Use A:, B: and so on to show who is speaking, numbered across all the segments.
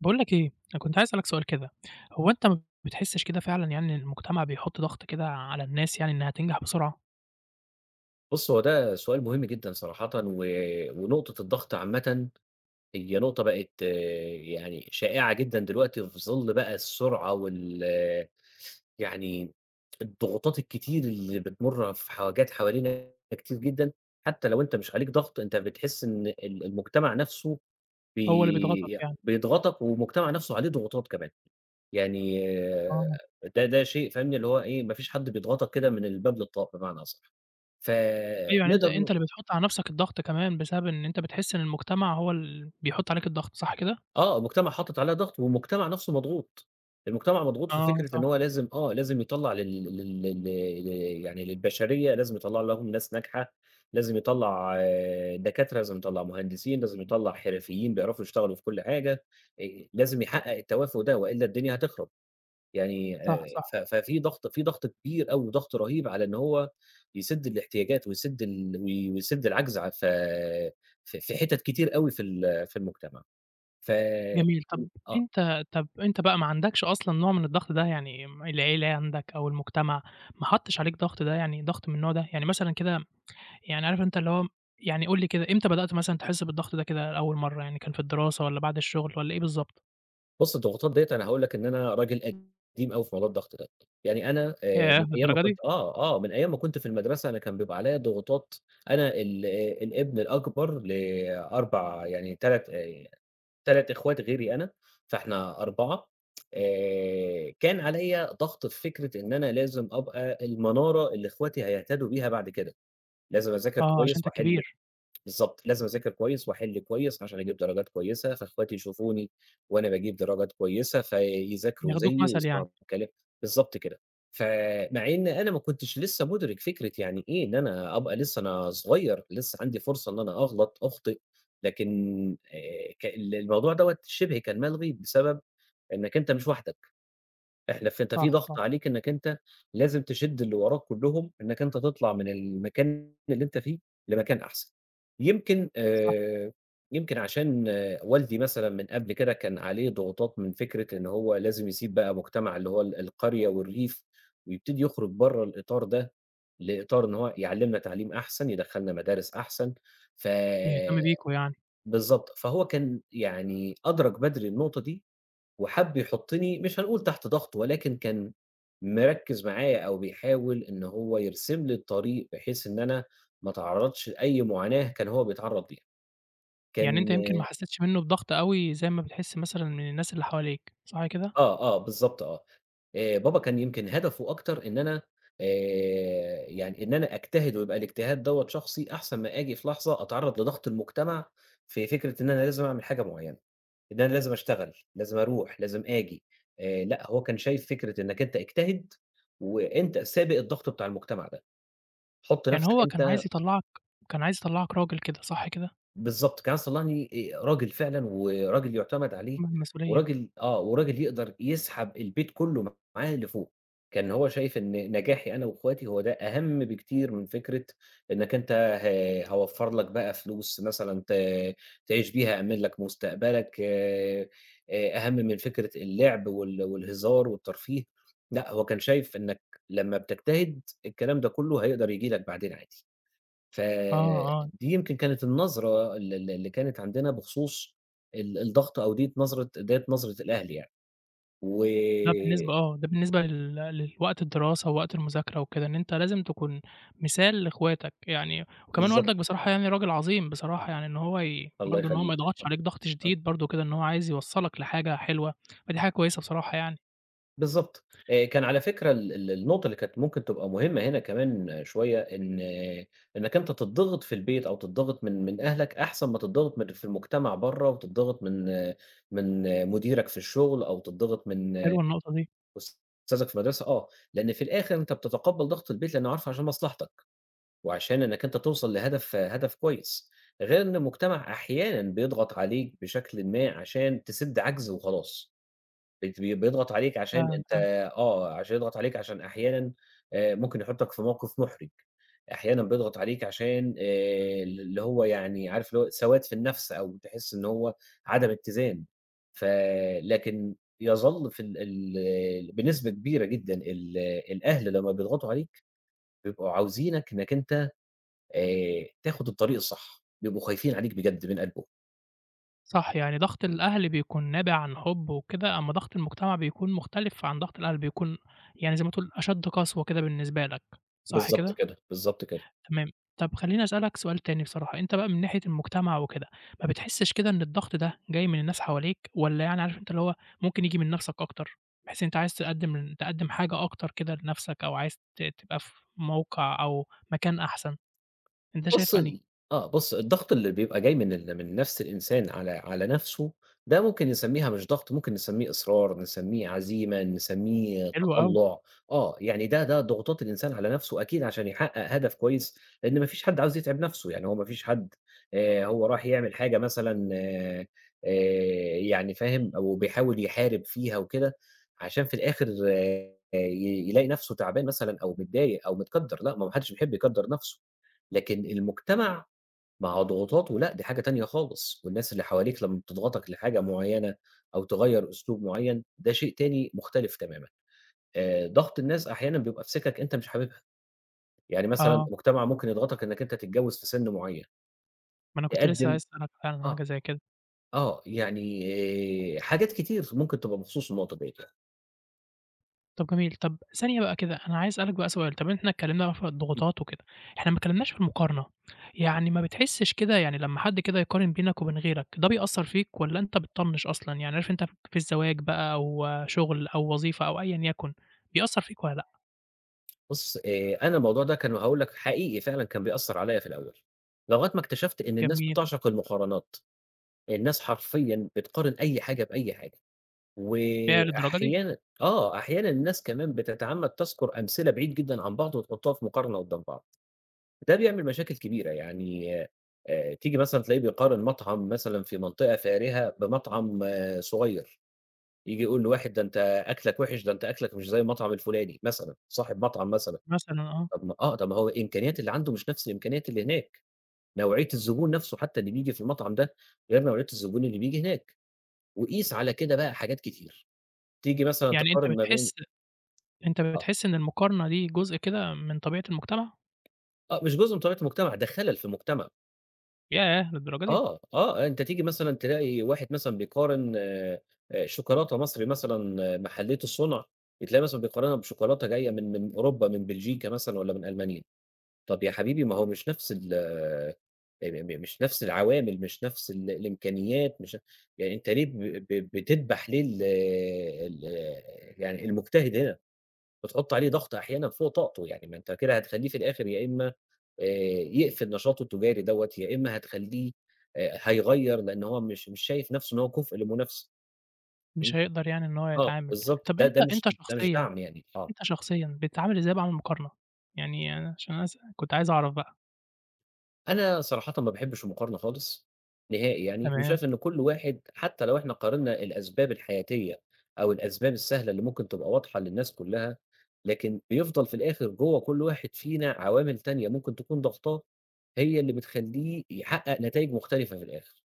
A: باقول لك إيه، أنا كنت عايز أسألك سؤال كده، هو أنت ما بتحسّش كده فعلًا يعني إن المجتمع بيحُط ضغط كده على الناس يعني إنها تنجح بسرعة؟
B: بُص، هو ده سؤال مهم جدًا صراحةً و ونقطة الضغط عامةً هي نقطة بقت، يعني شائعة جدًا دلوقتي في ظل بقى السرعة وال يعني الضغوطات الكتير اللي بتمُر في حاجات حوالينا كتير جدًا. حتى لو أنت مش عليك ضغط، أنت بتحس إن المجتمع نفسه
A: هو اللي بيضغطك يعني،
B: بيضغطك، والمجتمع نفسه عليه ضغوطات كمان، يعني آه.
A: آه،
B: ده شيء فاهمني اللي هو إيه، ما فيش حد بيضغطك كده من الباب للطاق بمعنى أصح.
A: أيوه يعني أنت
B: فنقدر
A: أنت اللي بتحُط على نَفْسك الضغط كمان بسبب إن أنت بتحس إن المجتمع هو اللي بيحُط عليك الضغط، صح كده؟
B: آه، المجتمع حاطط عليها ضغط، والمجتمع نفسه مضغوط. المجتمع مضغوط في
A: آه
B: فكرة إن
A: صح،
B: هو لازم لازم يطلّع لل لل لل ل يعني للبشرية، لازم يطلّع لهم ناس ناجحة، لازم يطلّع دكاترة، لازم يطلّع مهندسين، لازم يطلّع حرفيين بيعرفوا يشتغلوا في كل حاجة. لازم يحقق التوافق ده وإلا الدنيا هتخرب، يعني
A: صح، صح،
B: ف ففي ضغط، في ضغط كبير أوي وضغط رهيب على إن هو يسد الاحتياجات، ويسد ال وي ويسد العجز ع ف في حتت كتير أوي في المجتمع. ف
A: جميل. طَب
B: آه،
A: أنت طَب أنت بقى ما عندكش أصلًا نوع من الضغط ده، يعني م العيلة عندك أو المجتمع ما حطّش عليك ضغط ده يعني ضغط من النوع ده؟ يعني مثلًا كده يعني عارف أنت اللي هو يعني قُل لي كده إمتى بدأت مثلًا تحس بالضغط ده كده لأول مرّة، يعني كان في الدراسة والّا بعد الشغل والّا إيه بالضبط؟
B: بُص الضغوطات ديّة، أنا هاقول لك إن أنا راجل قديم أوي في موضوع الضغط ده. يعني أنا
A: ياه!
B: من أيام ما
A: للدرجة
B: كنت
A: دي!
B: من أيام ما كنت في المدرسة أنا كان بيبقى عليّا ضغوطات. أنا الابن الأكبر ل4، يعني 3 إخوات غيري أنا، فإحنا 4. كان عليّا ضغط في فكرة إن أنا لازم أبقى المنارة اللي إخواتي هيهتدوا بيها بعد كده، لازم أذاكر
A: آه، عشان
B: كويس
A: أنت الكبير،
B: بالضبط، لازم أذاكر كويس وأحِل كويس عشان أجيب درجات كويسة، فإخواتي يشوفوني وأنا باجيب درجات كويسة، فيذاكروا
A: ياخدوك
B: زيي
A: مثل يعني،
B: ويسمعوا الكلام بالضبط كده. فمع إن أنا ما كنتش لسه مُدرك فكرة يعني إيه، إن أنا أبقى لسه أنا صغير، لسه عندي فرصة إن أنا أغلط، أخطئ، لكن ك ال الموضوع دوّة شِبه كان ملغي بسبب إنّك أنت مش وحدك. إحنا ف أنت في
A: صح،
B: ضغط
A: صح،
B: عليك إنّك أنت لازم تشِد اللي وراك كلّهم، إنّك أنت تطلع من المكان اللي أنت فيه لمكان أحسن. يمكن
A: صح،
B: آآ يمكن عشان والدي مثلًا من قبل كده كان عليه ضغوطات من فكرة إن هو لازم يسيب بقى مجتمع اللي هو القرية والريف، ويبتدي يخرج برّه الإطار ده لإطار إن هو يعلّمنا تعليم أحسن، يدخّلنا مدارس أحسن. ف
A: يهتم بيكم يعني،
B: بالضبط. فهو كان يعني أدرك بدري النقطة دي، وحَب يحُطّني مش هنقول تحت ضغط، ولكن كان مركِّز معايا أو بيحاول إن هو يرسم لي الطريق بحيث إن أنا ما أتعرّضش لأي معاناة كان هو بيتعرّض ليها.
A: يعني أنت
B: كان
A: يمكن ما حسيتش منّه بضغط أوي زي ما بتحس مثلًا من الناس اللي حواليك، صح كده؟
B: آه، آه، بالضبط آه. بابا كان يمكن هدفه أكتر إن أنا يعني إن أنا أجتهد، ويبقى الاجتهاد دوّة شخصي أحسن ما آجي في لحظة أتعرّض لضغط المجتمع في فكرة إن أنا لازم أعمل حاجة معيّنة. إن أنا لازم أشتغل، لازم أروح، لازم آجي. لأ، هو كان شايف فكرة إنّك أنت اجتهد، وأنت سابق الضغط بتاع المجتمع ده، حُط
A: يعني
B: نَفْسك
A: هو كان
B: أنت
A: عايز يطلّعك كان عايز يطلّعك راجل كده، صح كده؟
B: بالضبط. كان صلّحني راجل فعلًا، وراجل يُعتمد عليه،
A: من المسؤولية،
B: وراجل آه، وراجل يقدر يسحب البيت كُلّه معاه لفوق. كان هو شايف إن نجاحي أنا وأخواتي هو ده أهم بكتير من فكرة إنك أنت ه هاوفّر لك بقى فلوس مثلًا تعيش بيها، أأمِّن لك مستقبلك، أهم من فكرة اللعب وال والهزار والترفيه. لأ، هو كان شايف إنك لمّا بتجتهد الكلام ده كُلّه هيقدر ييجي لك بعدين عادي.
A: آه،
B: فدي
A: آه.
B: يمكن كانت النظرة ال ال اللي كانت عندنا بخصوص الضغط، أو ديّة نظرة، الأهل يعني. و
A: ده بالنسبة لل لوقت الدراسة ووقت المذاكرة وكده، إن أنت لازم تكون مثال لإخواتك، يعني وكمان
B: بالضبط،
A: والدك بصراحة يعني راجل عظيم بصراحة، يعني إن هو ي
B: الله
A: برضه إن هو ما
B: يخلّيك،
A: يضغطش عليك ضغط
B: آه،
A: شديد برضه كده، إن هو عايز يوصّلك لحاجة حلوة، فدي حاجة كويسة بصراحة يعني،
B: بالضبط. كان على فكرة ال ال النقطة اللي كانت ممكن تبقى مهمة هنا كمان شوية، إن إنك أنت تتضغط في البيت أو تتضغط من أهلك أحسن ما تتضغط من في المجتمع برّه، وتتضغط من آه، من آه، مديرك في الشغل، أو تتضغط من آه،
A: حلوة النقطة دي،
B: أستاذك في المدرسة. آه، لأن في الآخر أنت بتتقبّل ضغط البيت لأنه عارفه عشان مصلحتك، وعشان إنّك أنت توصل لهدف هدف كويس. غير إن المجتمع أحيانًا بيضغط عليك بشكلٍ ما عشان تسد عجز وخلاص. بت بي بيضغط عليك عشان
A: فعلًا،
B: أنت
A: فعلًا،
B: آه، عشان يضغط عليك، عشان أحيانًا ممكن يحطّك في موقف محرج. أحيانًا بيضغط عليك عشان ال اللي هو يعني عارف اللي هو سواد في النفس، أو تحس إن هو عدم اتّزان. ف لكن يظل في ال ال بنسبة كبيرة جدًا الأهل لمّا بيضغطوا عليك بيبقوا عاوزينك إنّك أنت تاخد الطريق الصح، بيبقوا خايفين عليك بجد من قلبهم.
A: صح، يعني ضغط الأهل بيكون نابع عن حُب وكده، أمّا ضغط المجتمع بيكون مختلف عن ضغط الأهل، بيكون يعني زي ما تقول أشد قسوة كده بالنسبة لك، صح
B: بالضبط
A: كده؟
B: كده، بالضبط كده.
A: تمام. طب خلّيني أسألك سؤال تاني بصراحة، أنت بقى من ناحية المجتمع وكده، ما بتحسّش كده إن الضغط ده جاي من الناس حواليك والّا يعني عارف أنت اللي هو ممكن ييجي من نَفْسك أكتر، بحيث أنت عايز تقدّم حاجة أكتر كده لنَفْسك أو عايز ت تبقى في موقع أو مكان أحسن، أنت
B: بُص
A: شايف أنهي؟
B: ال آه، بُص الضغط اللي بيبقى جاي من من نَفْس الإنسان على نَفْسه، ده ممكن نسمّيها مش ضغط، ممكن نسمّيه إصرار، نسمّيه عزيمة، نسمّيه
A: حلو أوي،
B: تطلُّع. يعني ده ضغوطات الإنسان على نَفْسه أكيد عشان يحقق هدف كويس، لإن ما فيش حد عاوز يتعب نَفْسه. يعني هو ما فيش حد هو رايح يعمل حاجة مثلًا، يعني فاهم، أو بيحاول يحارب فيها وكده، عشان في الآخر آه آه، ي يلاقي نَفْسه تعبان مثلًا أو متضايق أو متكدّر. لأ، ما هو ما حدش بيحب يكدّر نَفْسه. لكن المجتمع مع ضغوطاته، لأ، دي حاجة تانية خالص. والناس اللي حواليك لمّا بتضغطك لحاجة معيّنة أو تغيّر أسلوب معيّن، ده شيء تاني مختلف تمامًا. ضغط الناس أحيانًا بيبقى في سِكَك أنت مش حاببها، يعني مثلًا
A: آه،
B: المجتمع ممكن يضغطك إنّك أنت تتجوّز في سِن معيّن،
A: ما أنا كنت لسه
B: تقدّم
A: عايز أسألك فعلًا عن
B: آه،
A: حاجة زي كده.
B: آه، يعني آه، حاجات كتير ممكن تبقى بخصوص النقطة ديّة يعني.
A: طب جميل، طب ثانية بقى كده، أنا عايز أسألك بقى سؤال، طب إحنا اتكلمنا بقى في الضغوطات وكده، إحنا ما اتكلمناش في المقارنة، يعني ما بتحسش كده يعني لمّا حد كده يقارن بينك وبين غيرك، ده بيأثّر فيك والّا أنت بتطنّش أصلًا؟ يعني عارف أنت في الزواج بقى أو شغل أو وظيفة أو أيًا يكن، بيأثّر فيك والّا لأ؟
B: بُص، أنا الموضوع ده كان هاقول لك حقيقي فعلًا كان بيأثّر عليّا في الأول، لغاية ما اكتشفت إن الناس
A: جميل،
B: بتعشق المقارنات. الناس حرفيًا بتقارن أي حاجة بأي حاجة،
A: ياه للدرجة دي!
B: وأحيانًا آه، أحيانًا الناس كمان بتتعمد تذكر أمثلة بعيد جدًا عن بعض وتحطها في مقارنة قدّام بعض. ده بيعمل مشاكل كبيرة. يعني تيجي مثلًا تلاقيه بيقارن مطعم مثلًا في منطقة فارهة بمطعم صغير. ييجي يقول لواحد، ده أنت أكلك وِحِش، ده أنت أكلك مش زي المطعم الفلاني مثلًا، صاحب مطعم مثلًا.
A: مثلًا آه،
B: طب ما هو الإمكانيات اللي عنده مش نفس الإمكانيات اللي هناك، نوعية الزبون نفسه حتى اللي بييجي في المطعم ده غير نوعية الزبون اللي بييجي هناك. وقيس على كده بقى حاجات كتير. تيجي مثلًا
A: يعني أنت
B: تقارن ما بين
A: بتحس أنت
B: آه،
A: بتحس إن المقارنة دي جزء كده من طبيعة المجتمع؟
B: آه، مش جزء من طبيعة المجتمع، ده خلل في المجتمع.
A: ياه للدرجة دي!
B: آه، آه، أنت تيجي مثلًا تلاقي واحد مثلًا بيقارن شوكولاتة مصري مثلًا محلية الصنع، تلاقي مثلًا بيقارنها بشوكولاتة جاية من أوروبا، من بلجيكا مثلًا والّا من ألمانيا. طب يا حبيبي ما هو مش نفس ال آه، م م مش نفس العوامل، مش نفس الإمكانيات، مش يعني أنت ليه ب ب بتدبح ليه ال ال يعني المجتهد هنا؟ بتحُط عليه ضغط أحيانًا فوق طاقته، يعني ما أنت كده هتخلّيه في الآخر يا إمّا آآ يقفل نشاطه التجاري دوّة، يا إمّا هتخلّيه هيغيّر، لإن هو مش شايف نَفْسه إن هو كُفء لمنافسة.
A: مش
B: إمم،
A: هيقدر يعني إن هو
B: آه
A: يتعامل،
B: بالضبط،
A: طب
B: ده
A: أنت
B: ده مش
A: أنت
B: ده مش
A: شخصيًا
B: دعم يعني، آه.
A: أنت شخصيًا بتتعامل إزاي بقى مع المقارنة؟ يعني أنا عشان أس كنت عايز أعرف بقى،
B: أنا صراحةً ما باحبش المقارنة خالص، نهائي يعني،
A: تمام،
B: وشايف إن كل واحد حتى لو إحنا قارنا الأسباب الحياتية أو الأسباب السهلة اللي ممكن تبقى واضحة للناس كلّها، لكن بيفضل في الآخر جوّه كل واحد فينا عوامل تانية ممكن تكون ضاغطاه، هي اللي بتخلّيه يحقق نتايج مختلفة في الآخر.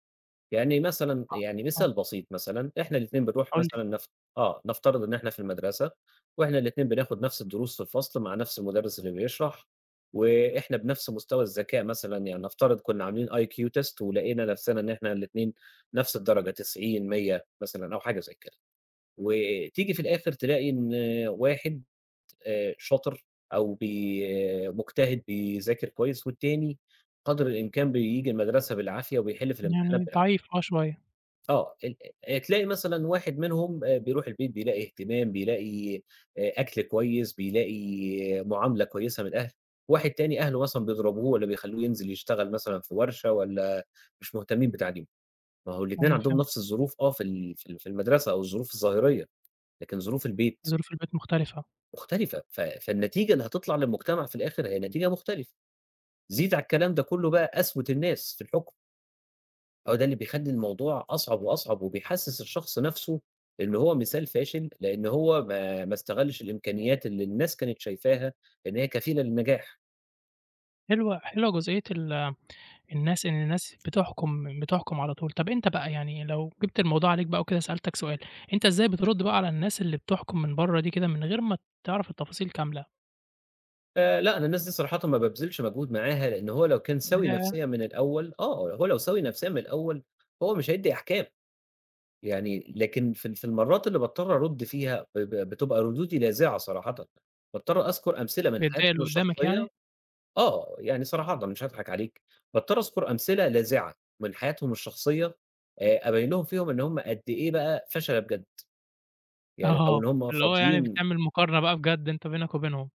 B: يعني مثلًا، يعني
A: آه،
B: مثال بسيط مثلًا، إحنا الاتنين بنروح
A: قُل لي.
B: مثلًا نف آه، نفترض إن إحنا في المدرسة، وإحنا الاتنين بناخد نفس الدروس في الفصل مع نفس المدرس اللي بيشرح، وإحنا بنفس مستوى الذكاء مثلًا. يعني نفترض كنا عاملين IQ test ولقينا نفسنا إن إحنا الاتنين نفس الدرجة 90، 100 مثلًا أو حاجة زي كده، وتيجي في الآخر تلاقي إن واحد شاطر أو بي آه، مجتهد بيذاكر كويس، والتاني قدر الإمكان بييجي المدرسة بالعافية وبيحل في الامتحانات
A: يعني
B: بالعافية.
A: ضعيف آه شوية،
B: آه، ال تلاقي مثلًا واحد منهم بيروح البيت بيلاقي اهتمام، بيلاقي أكل كويس، بيلاقي معاملة كويسة من الأهل. واحد تاني أهله مثلًا بيضربوه والّا بيخلّوه ينزل يشتغل مثلًا في ورشة والّا مش مهتمين بتعليمه. ما هو الاتنين
A: أيوه
B: عندهم
A: فهمتك،
B: نفس الظروف في المدرسة، أو الظروف الظاهرية، لكن ظروف البيت
A: ظروف البيت مختلفة،
B: مختلفة. ف فالنتيجة اللي هتطلع للمجتمع في الآخر هي نتيجة مختلفة. زيد على الكلام ده كله بقى قسوة الناس في الحكم. هو ده اللي بيخلّي الموضوع أصعب وأصعب، وبيحسّس الشخص نَفْسه إن هو مثال فاشل، لإن هو ما استغلّش الإمكانيات اللي الناس كانت شايفاها إن هي كفيلة للنجاح.
A: حلوة جزئية ال الناس إن الناس بتحكم على طول، طب أنت بقى يعني لو جِبت الموضوع عليك بقى وكده سألتك سؤال، أنت إزاي بترد بقى على الناس اللي بتحكم من برّه دي كده من غير ما تعرف التفاصيل كاملة؟
B: فلأ، أنا الناس دي صراحةً ما بابذلش مجهود معاها، لإن هو لو كان سَوِي
A: ياه!
B: نفسيًا من الأول هو لو سَوِي نفسيًا من الأول هو مش هيدّي أحكام، يعني. لكن في في المرّات اللي باضطر أرُد فيها ب ب بتبقى ردودي لاذعة صراحةً، باضطر أذكر أمثلة من
A: بيتضايق
B: حياتهم
A: اللي قدّامك
B: الشخصية.
A: يعني؟
B: آه، يعني صراحةً مش هاضحك عليك، باضطر أذكر أمثلة لاذعة من حياتهم الشخصية. أبين لهم فيهم إن هم قد إيه بقى فشلة بجد، يعني، أو إن
A: آه،
B: هم
A: اللي هو يعني
B: فاضيين.
A: بتعمل مقارنة بقى بجد أنت بينك وبينهم،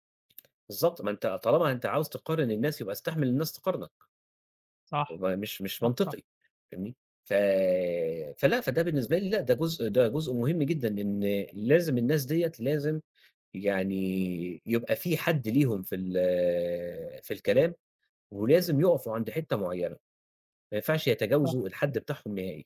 B: بالضبط، ما أنت طالما أنت عاوز تقارن الناس يبقى استحمل الناس تقارنك.
A: صح،
B: هو مش
A: صح، صح،
B: منطقي، فاهمني؟ ف فلأ، فده بالنسبة لي لأ، ده جزء، مهم جدًا، إن لازم الناس ديّة لازم يعني يبقى في حد ليهم في الكلام، ولازم يقفوا عند حتة معينة. ما ينفعش يتجاوزوا
A: صح.
B: الحد بتاعهم نهائي.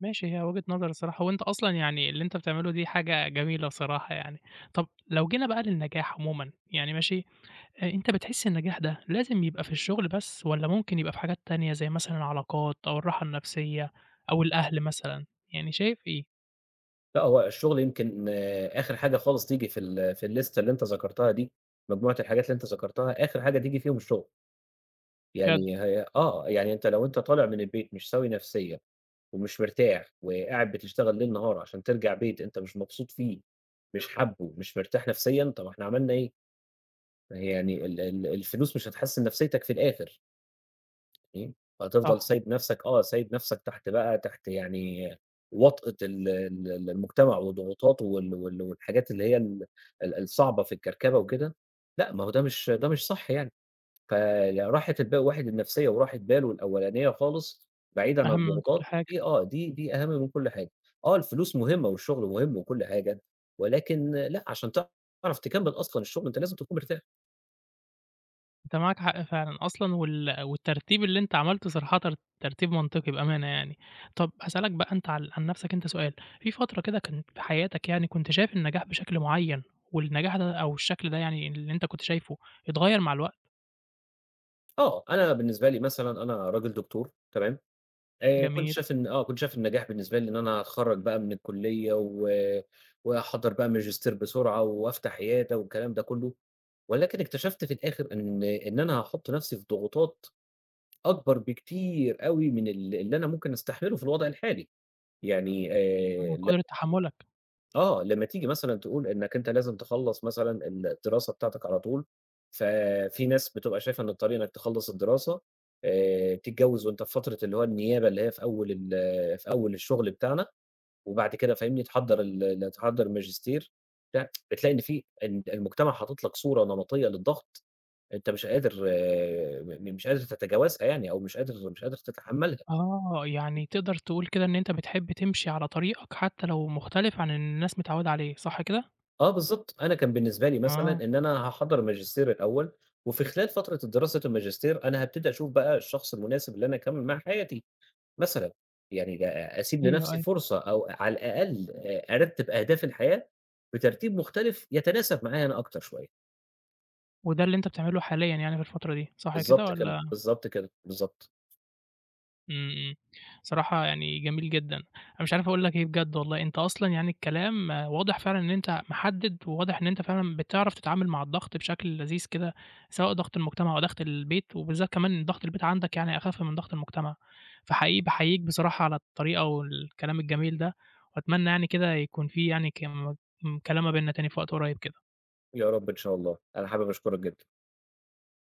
A: ماشي، هي وجهة نظر الصراحة، وأنت أصلًا يعني اللي أنت بتعمله دي حاجة جميلة صراحة يعني. طب لو جينا بقى للنجاح عمومًا، يعني ماشي، أ أنت بتحس النجاح ده لازم يبقى في الشغل بس والّا ممكن يبقى في حاجات تانية زي مثلًا العلاقات أو الراحة النفسية أو الأهل مثلًا؟ يعني شايف إيه؟
B: لأ، هو الشغل يمكن آه، آخر حاجة خالص تيجي في الليستة اللي أنت ذكرتها دي، مجموعة الحاجات اللي أنت ذكرتها، آخر حاجة تيجي فيهم الشغل.
A: بجد
B: يعني هي يعني لو أنت طالع من البيت مش سَوِي نفسيًا، ومش مرتاح، وقاعد بتشتغل ليل نهار عشان ترجع بيت أنت مش مبسوط فيه، مش حابّه، مش مرتاح نفسيًا، طَب إحنا عملنا إيه؟ ما هي يعني ال ال الفلوس مش هتحسِّن نفسيتك في الآخر. إمم. فتفضل
A: صح،
B: سايب نَفْسك، تحت بقى، يعني وطأة ال ال ال المجتمع وضغوطاته، وال وال والحاجات اللي هي ال ال الصعبة في الكركبة وكده. لأ، ما هو ده مش، صح يعني. فراحة البال الواحد النفسية وراحة باله الأولانية خالص بعيد عن
A: أهم من كل
B: الضغوطات
A: حاجة.
B: دي، آه، دي دي أهم من كل حاجة. آه، الفلوس مهمة والشغل مهم وكل حاجة، ولكن لأ، عشان تعرف تكمّل أصلًا الشغل أنت لازم تكون مرتاح.
A: أنت معاك حق فعلًا أصلًا وال والترتيب اللي أنت عملته صراحةً ترتيب منطقي بأمانة يعني. طب هاسألك بقى أنت عن نفسك أنت سؤال، في فترة كده كان في حياتك يعني كنت شايف النجاح بشكل معين والنجاح ده أو الشكل ده يعني اللي أنت كنت شايفه اتغيّر مع الوقت؟
B: أنا بالنسبة لي مثلًا أنا راجل دكتور تمام؟ كنت
A: جميل،
B: شايف إن آه، كنت شايف النجاح بالنسبة لي إن أنا أتخرّج بقى من الكلية و وأحضّر بقى ماجستير بسرعة وأفتح عيادة والكلام ده كلّه، ولكن اكتشفت في الآخر إن أنا هاحُط نَفْسي في ضغوطات أكبر بكتير أوي من ال اللي أنا ممكن أستحمله في الوضع الحالي. يعني
A: آه،
B: ل
A: قدرة تحمُّلك.
B: آه، لمّا تيجي مثلًا تقول إنك أنت لازم تخلّص مثلًا الدراسة بتاعتك على طول، ففي ناس بتبقى شايفة إن الطريق إنك تخلّص الدراسة، تتجوّز وأنت في فترة اللي هو النيابة، اللي هي في أول في أول الشغل بتاعنا، وبعد كده فاهمني تحضّر ماجستير بتاع، بتلاقي إن في إن المجتمع حاطط لك صورة نمطية للضغط أنت مش قادر آه، م مش قادر تتجاوزها، يعني، أو مش قادر تتحمّلها.
A: آه، يعني تقدر تقول كده إن أنت بتحب تمشي على طريقك حتى لو مختلف عن اللي الناس متعوّدة عليه، صح كده؟
B: آه بالضبط، أنا كان بالنسبة لي
A: آه،
B: مثلًا إن أنا هاحضّر ماجستير الأول، وفي خلال فترة الدراسة الماجستير أنا هابتدي أشوف بقى الشخص المناسب اللي أنا أكمّل معاه حياتي مثلًا. يعني ده أسيب
A: أيوه،
B: لنفسي
A: أيوه.
B: فرصة، أو على الأقل أرتّب أهداف الحياة بترتيب مختلف يتناسب معايا أنا أكتر شوية.
A: وده اللي أنت بتعمله حاليًا يعني في الفترة دي، صح كده
B: بالضبط كده،
A: والّا
B: بالضبط كده، بالضبط.
A: إمم، إمم. صراحة يعني جميل جدًا. أنا مش عارف أقول لك إيه بجد والله، أنت أصلًا يعني الكلام واضح فعلًا إن أنت محدد، وواضح إن أنت فعلًا بتعرف تتعامل مع الضغط بشكل لذيذ كده، سواء ضغط المجتمع أو ضغط البيت، وبالذات كمان ضغط البيت عندك يعني أخف من ضغط المجتمع. فحقيقي باحييك بصراحة على الطريقة والكلام الجميل ده، وأتمنى يعني كده يكون في يعني كم م كلام ما بيننا تاني في وقت قريب كده.
B: يا رب إن شاء الله، أنا حابب أشكرك جدًا.